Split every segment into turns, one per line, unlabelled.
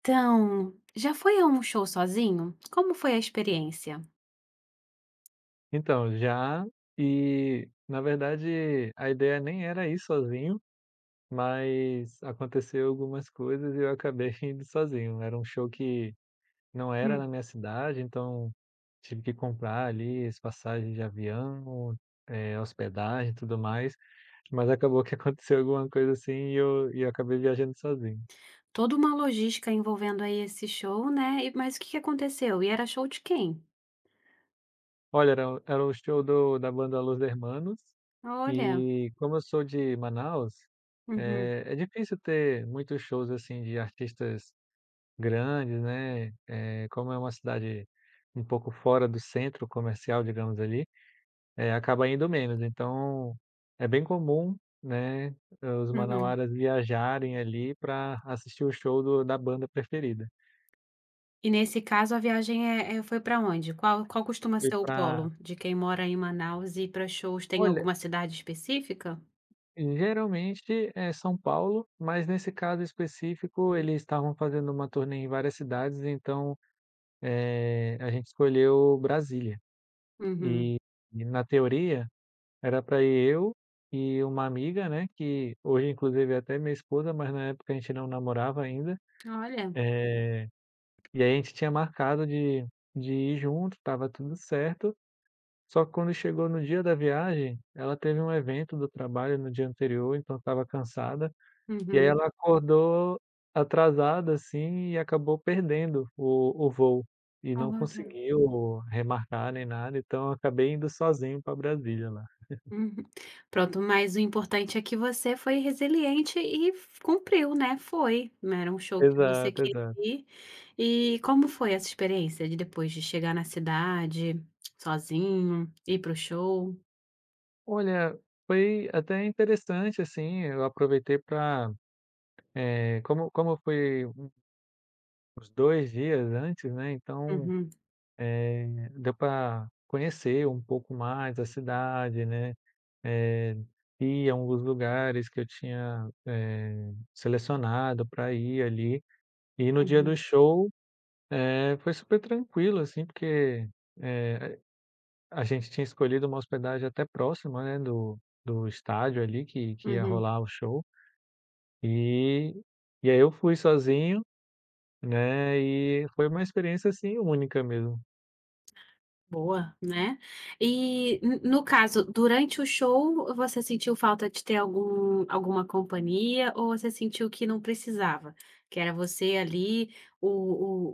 Então, já foi a um show sozinho? Como foi a experiência?
Então, já, e na verdade a ideia nem era ir sozinho, mas aconteceu algumas coisas e eu acabei indo sozinho. Era um show que não era na
Hum,
minha cidade, então tive que comprar ali as passagens de avião, hospedagem e tudo mais, mas acabou que aconteceu alguma coisa assim e eu acabei viajando sozinho.
toda uma logística envolvendo aí esse show, né, e mas o que que aconteceu? E era show de quem?
Olha, era o show do da banda Los Hermanos,
Olha.
e como eu sou de Manaus,
Uhum,
é difícil ter muitos shows, assim, de artistas grandes, né, como é uma cidade um pouco fora do centro comercial, digamos ali, acaba indo menos. Então, é bem comum, né, os
uhum.
manauaras viajarem ali para assistir o show do da banda preferida.
E nesse caso a viagem é foi para onde? Qual costuma
Fui
ser o
para.
polo de quem mora em Manaus e para shows? Tem
Olha,
alguma cidade específica?
geralmente é São Paulo, mas nesse caso específico eles estavam fazendo uma turnê em várias cidades, então, a gente escolheu Brasília.
Uhum.
E e na teoria era para ir eu e uma amiga, né, que hoje inclusive é até minha esposa, mas na época a gente não namorava ainda,
Olha.
eh, e aí a gente tinha marcado de ir junto, estava tudo certo, só que quando chegou no dia da viagem, ela teve um evento do trabalho no dia anterior, então estava cansada. E aí
Uhum.
ela acordou atrasada, assim, e acabou perdendo o voo, e não
Olha.
conseguiu remarcar nem nada, então eu acabei indo sozinho para Brasília lá.
Uhum. Pronto, mas o importante é que você foi resiliente e f cumpriu, né, foi, né, era um show que você
Exato,
queria
exato.
ir. E como foi essa experiência de depois de chegar na cidade, sozinho, ir para o show?
Olha, foi até interessante, assim, eu aproveitei para como foi os 2 dias antes, né, então,
Uhum,
deu para conhecer um pouco mais a cidade, né. Eh, e alguns lugares que eu tinha, selecionado para ir ali. E no dia do
uhum,
show, foi super tranquilo, assim, porque, eh, a gente tinha escolhido uma hospedagem até próxima, né, do estádio ali que ia
uhum.
rolar o show. E e aí eu fui sozinho, né, e foi uma experiência, assim, única mesmo.
Boa, né. E n no caso, durante o show você sentiu falta de ter alguma companhia ou você sentiu que não precisava? Que era você ali, o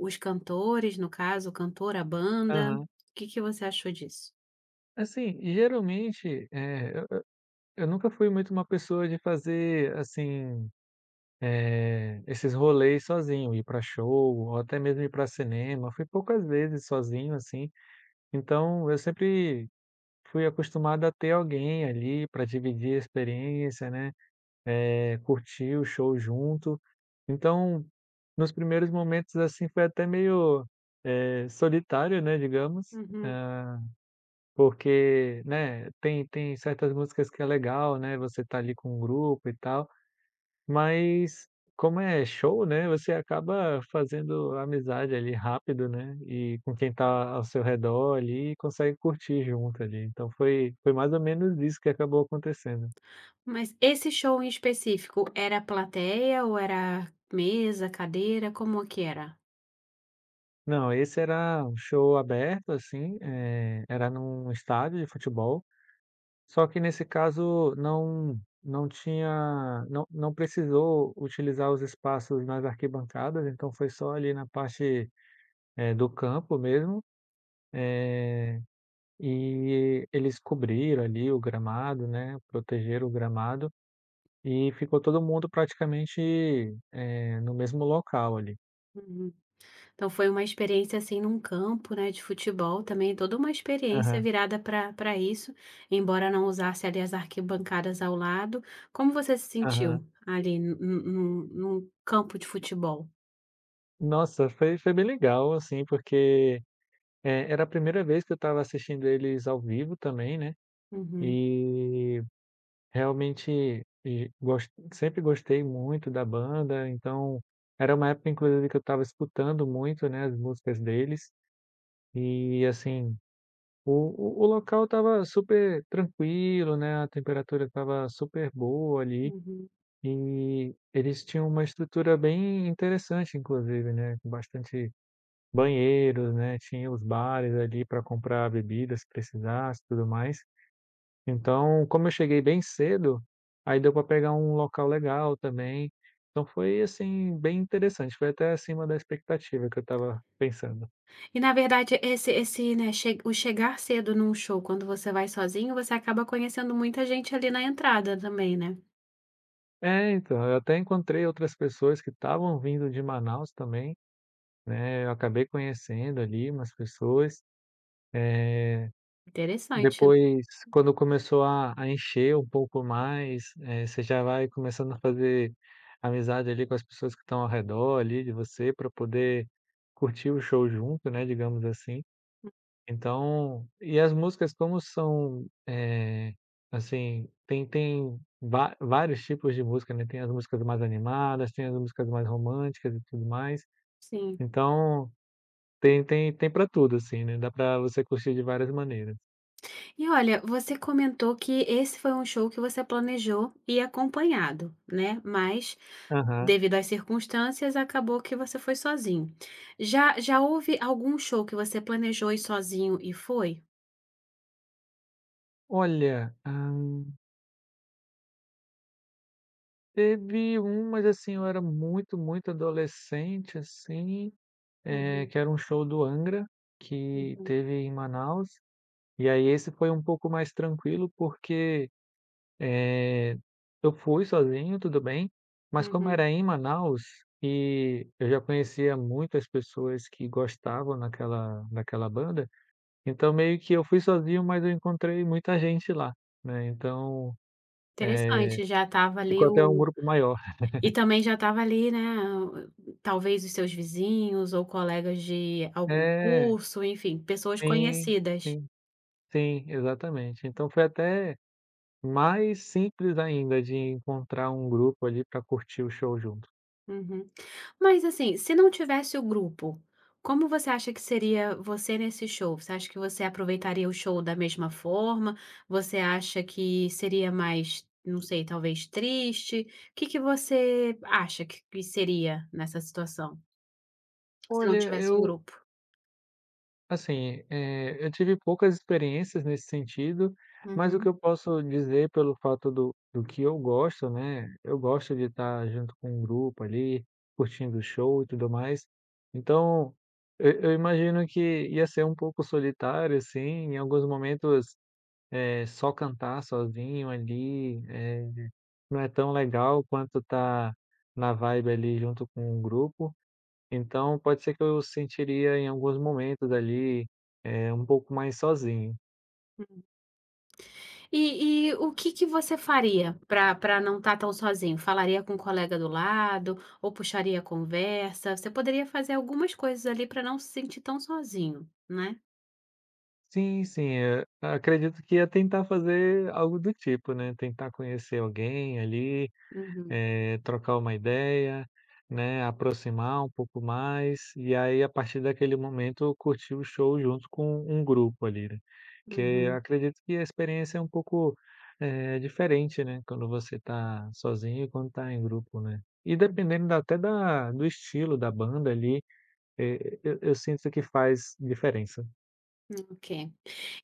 o os cantores, no caso, o cantor, a banda.
Aham.
O que que você achou disso?
Assim, geralmente, eu nunca fui muito uma pessoa de fazer, assim, é, esses rolês sozinho, ir para show ou até mesmo ir para cinema, fui poucas vezes sozinho, assim, então eu sempre fui acostumado a ter alguém ali para dividir a experiência, né, curtir o show junto. Então, nos primeiros momentos, assim, foi até meio, solitário, né, digamos,
Uhum.
hã, porque, né, tem certas músicas que é legal, né, você tá ali com um grupo e tal, mas como é show, né, você acaba fazendo amizade ali rápido, né, e com quem tá ao seu redor ali e consegue curtir junto ali. Então foi mais ou menos isso que acabou acontecendo.
Mas esse show em específico, era plateia ou era mesa, cadeira, como é que era?
Não, esse era um show aberto, assim, era num estádio de futebol, só que nesse caso não tinha não precisou utilizar os espaços nas arquibancadas, então foi só ali na parte, do campo mesmo. E eles cobriram ali o gramado, né, protegeram o gramado e ficou todo mundo praticamente, no mesmo local ali.
Uhum. Então foi uma experiência, assim, num campo, né, de futebol também, toda uma experiência
Aham,
virada para isso, embora não usasse ali as arquibancadas ao lado. Como você se
aham.
sentiu ali num campo de futebol?
Nossa, foi bem legal, assim, porque, era a primeira vez que eu estava assistindo eles ao vivo também, né,
Uhum,
e realmente e gos sempre gostei muito da banda, então era uma época inclusive que eu estava escutando muito, né, as músicas deles, e assim o local estava super tranquilo, né, a temperatura estava super boa ali,
uhum.
e eles tinham uma estrutura bem interessante inclusive, né, com bastante banheiros, né, tinha os bares ali para comprar bebidas se precisasse tudo mais. Então, como eu cheguei bem cedo, aí deu para pegar um local legal também, então foi, assim, bem interessante, foi até acima da expectativa que eu estava pensando.
E na verdade esse, né, che o chegar cedo num show quando você vai sozinho, você acaba conhecendo muita gente ali na entrada também, né.
É, então, eu até encontrei outras pessoas que estavam vindo de Manaus também, né, eu acabei conhecendo ali umas pessoas.
Interessante.
Depois, quando começou a encher um pouco mais, você já vai começando a fazer amizade ali com as pessoas que estão ao redor ali de você, para poder curtir o show junto, né, digamos assim. Então e as músicas como são, assim, tem tem va vários tipos de música, né, tem as músicas mais animadas, tem as músicas mais românticas e tudo mais,
Sim.
então tem pra tudo, assim, né, dá pra você curtir de várias maneiras.
E olha, você comentou que esse foi um show que você planejou ir acompanhado, né, mas
Aham.
devido às circunstâncias, acabou que você foi sozinho. Já houve algum show que você planejou ir sozinho e foi?
Olha, teve um, mas assim, eu era muito, muito adolescente, assim,
Uhum,
que era um show do Angra, que
uhum,
teve em Manaus, e aí esse foi um pouco mais tranquilo, porque eu fui sozinho, tudo bem, mas como
uhum.
era em Manaus e eu já conhecia muitas pessoas que gostavam daquela banda, então meio que eu fui sozinho, mas eu encontrei muita gente lá, né, então
Interessante, já estava ali
ficou até um
o
grupo maior.
e também já estava ali, né, o- talvez os seus vizinhos ou colegas de algum
É,
curso, enfim, pessoas
sim,
conhecidas.
sim, sim, exatamente. Então foi até mais simples ainda de encontrar um grupo ali para curtir o show junto.
Uhum. Mas assim, se não tivesse o grupo, como você acha que seria você nesse show? Você acha que você aproveitaria o show da mesma forma? Você acha que seria mais, não sei, talvez triste? O que que você acha que seria nessa situação, se não
Olha,
tivesse um
eu
grupo?
assim, eu tive poucas experiências nesse sentido, mas o
Uhum.
que eu posso dizer pelo fato do que eu gosto, né, eu gosto de estar junto com um grupo ali, curtindo o show e tudo mais. Então, eu imagino que ia ser um pouco solitário, assim, em alguns momentos, só cantar sozinho ali, não é tão legal quanto tá na vibe ali junto com um grupo. Então, pode ser que eu sentiria em alguns momentos ali, um pouco mais sozinho.
E o que que você faria para não estar tão sozinho? Falaria com um colega do lado ou puxaria a conversa? Você poderia fazer algumas coisas ali para não se sentir tão sozinho, né?
Sim, sim, acredito que ia tentar fazer algo do tipo, né, tentar conhecer alguém ali,
Uhum,
trocar uma ideia, né, aproximar um pouco mais, e aí a partir daquele momento eu curti o show junto com um grupo ali, né. Que eu
uhum,
acredito que a experiência é um pouco, diferente, né, quando você está sozinho e quando está em grupo, né. E
hum,
dependendo da até da do estilo da banda ali, eu sinto que faz diferença.
ok.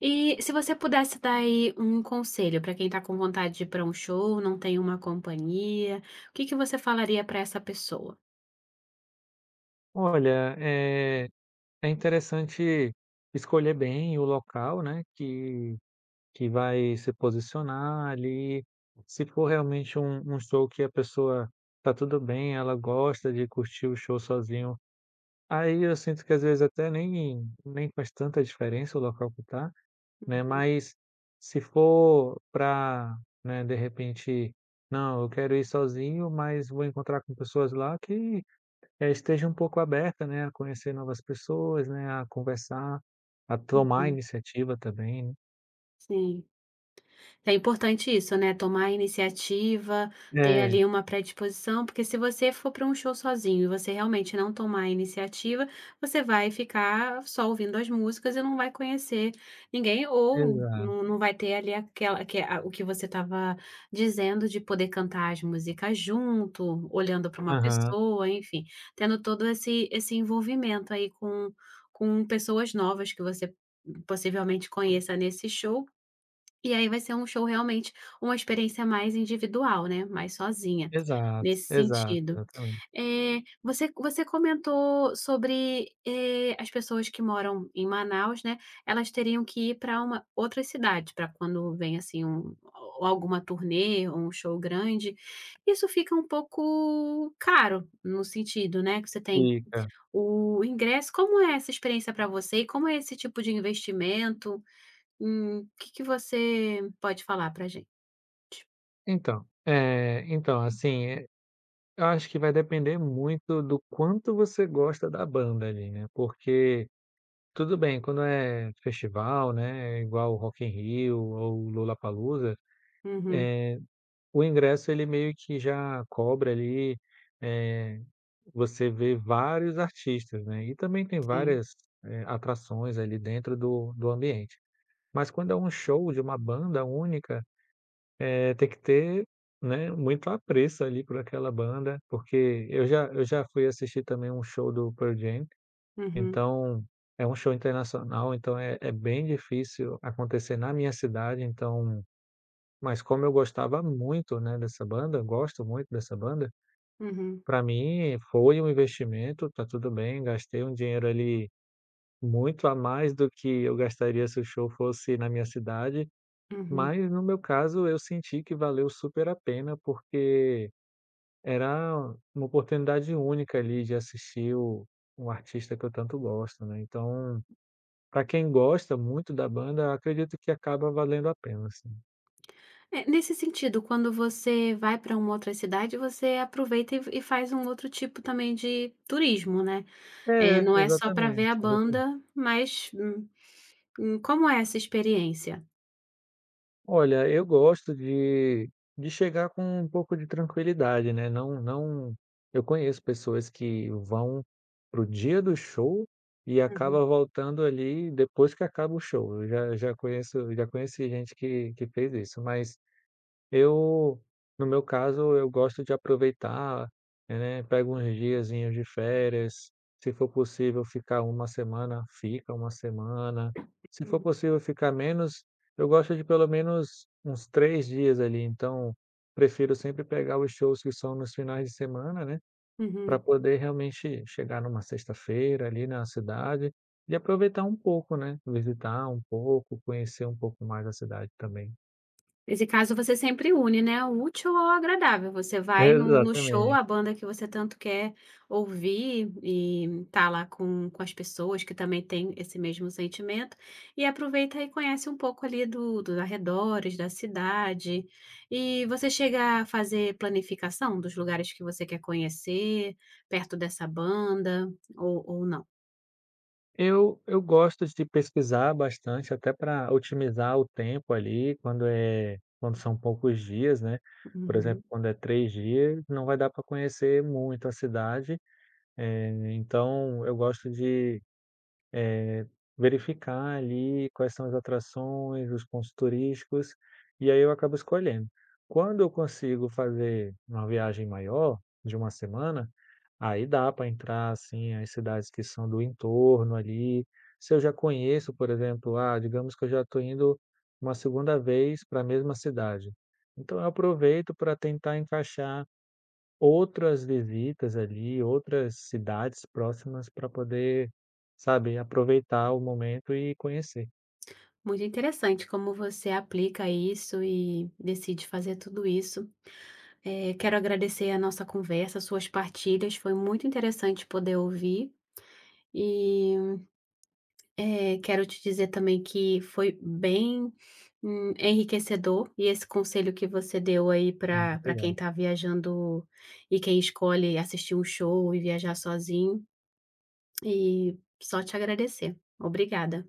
E se você pudesse dar aí um conselho para quem está com vontade de ir para um show, não tem uma companhia, o que que você falaria para essa pessoa?
Olha, é interessante escolher bem o local, né, que vai se posicionar ali. Se for realmente um show que a pessoa, tá tudo bem, ela gosta de curtir o show sozinho, aí eu sinto que às vezes até nem faz tanta diferença o local que tá, né, mas se for pra, né, de repente: "Não, eu quero ir sozinho, mas vou encontrar com pessoas lá que, esteja um pouco aberta, né, a conhecer novas pessoas, né, a conversar, a tomar
Uhum,
iniciativa também",
sim. É importante isso, né, tomar a iniciativa, ter
né.
ali uma predisposição, porque se você for para um show sozinho e você realmente não tomar a iniciativa, você vai ficar só ouvindo as músicas e não vai conhecer ninguém
É,
ou
exato.
não vai ter ali aquela que a o que você estava dizendo de poder cantar as músicas junto, olhando para uma
Aham,
pessoa, enfim, tendo todo esse envolvimento aí com pessoas novas que você possivelmente conheça nesse show e aí vai ser um show realmente uma experiência mais individual, né, mais sozinha,
exato,
nesse
exato,
sentido.
exatamente.
Você você comentou sobre, as pessoas que moram em Manaus, né, elas teriam que ir para uma outra cidade, para quando vem, assim, um ou alguma turnê ou um show grande. Isso fica um pouco caro, no sentido, né, que você tem
Fica.
o ingresso. Como é essa experiência para você e como é esse tipo de investimento? O que que você pode falar pra gente?
Então, então assim, eu acho que vai depender muito do quanto você gosta da banda ali, né, porque tudo bem, quando é festival, né, igual o Rock in Rio ou o Lollapalooza,
Uhum,
o ingresso ele meio que já cobra ali, eh, você vê vários artistas, né, e também tem
sim.
várias, atrações ali dentro do ambiente. Mas quando é um show de uma banda única, tem que ter, né, muito apreço ali por aquela banda, porque eu já fui assistir também um show do Pearl Jam,
Uhum,
então é um show internacional, então é bem difícil acontecer na minha cidade, então mas como eu gostava muito, né, dessa banda, eu gosto muito dessa banda,
uhum,
para mim foi um investimento, tá tudo bem, gastei um dinheiro ali muito a mais do que eu gastaria se o show fosse na minha cidade,
uhum.
mas no meu caso, eu senti que valeu super a pena, porque era uma oportunidade única ali de assistir o um artista que eu tanto gosto, né, então, para quem gosta muito da banda, acredito que acaba valendo a pena, assim.
É, nesse sentido, quando você vai para uma outra cidade, você aproveita e faz um outro tipo também de turismo, né. É
É,
não é só para ver
exatamente,
a
exatamente.
banda, mas, hum, como é essa experiência?
Olha, eu gosto de chegar com um pouco de tranquilidade, né, não, eu conheço pessoas que vão pro dia do show e
Uhum,
acaba voltando ali depois que acaba o show. Eu já conheci gente que fez isso, mas eu, no meu caso, eu gosto de aproveitar, né, pego uns diazinhos de férias, se for possível ficar uma semana, fica uma semana, se for
uhum,
possível ficar menos, eu gosto de pelo menos uns 3 dias ali, então prefiro sempre pegar os shows que são nos finais de semana, né, para
uhum.
poder realmente chegar numa sexta-feira ali na cidade e aproveitar um pouco, né, visitar um pouco, conhecer um pouco mais a cidade também.
Nesse caso, você sempre une, né, o útil ao agradável. Você vai no show,
Exatamente.
a banda que você tanto quer ouvir e tá lá com as pessoas que também têm esse mesmo sentimento, e aproveita e conhece um pouco ali do dos arredores, da cidade. E você chega a fazer planificação dos lugares que você quer conhecer, perto dessa banda ou não?
Eu gosto de pesquisar bastante, até para otimizar o tempo ali, quando são poucos dias, né. Por
Uhum.
exemplo, quando é 3 dias, não vai dar para conhecer muito a cidade, então eu gosto de eh, verificar ali quais são as atrações, os pontos turísticos, e aí eu acabo escolhendo. Quando eu consigo fazer uma viagem maior, de uma semana, aí dá para entrar, assim, as cidades que são do entorno ali. Se eu já conheço, por exemplo, ah, digamos que eu já estou indo uma segunda vez para a mesma cidade. Então eu aproveito para tentar encaixar outras visitas ali, outras cidades próximas para poder, sabe, aproveitar o momento e conhecer.
Muito interessante como você aplica isso e decide fazer tudo isso. Quero agradecer a nossa conversa, suas partilhas, foi muito interessante poder ouvir e, quero te dizer também que foi bem, enriquecedor e esse conselho que você deu aí para para quem
Obrigado.
está viajando e quem escolhe assistir um show e viajar sozinho, e só te agradecer. Obrigada.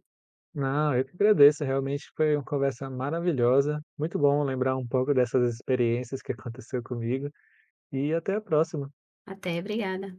Não, eu que agradeço, realmente foi uma conversa maravilhosa. Muito bom lembrar um pouco dessas experiências que aconteceu comigo e até a próxima.
Até, obrigada.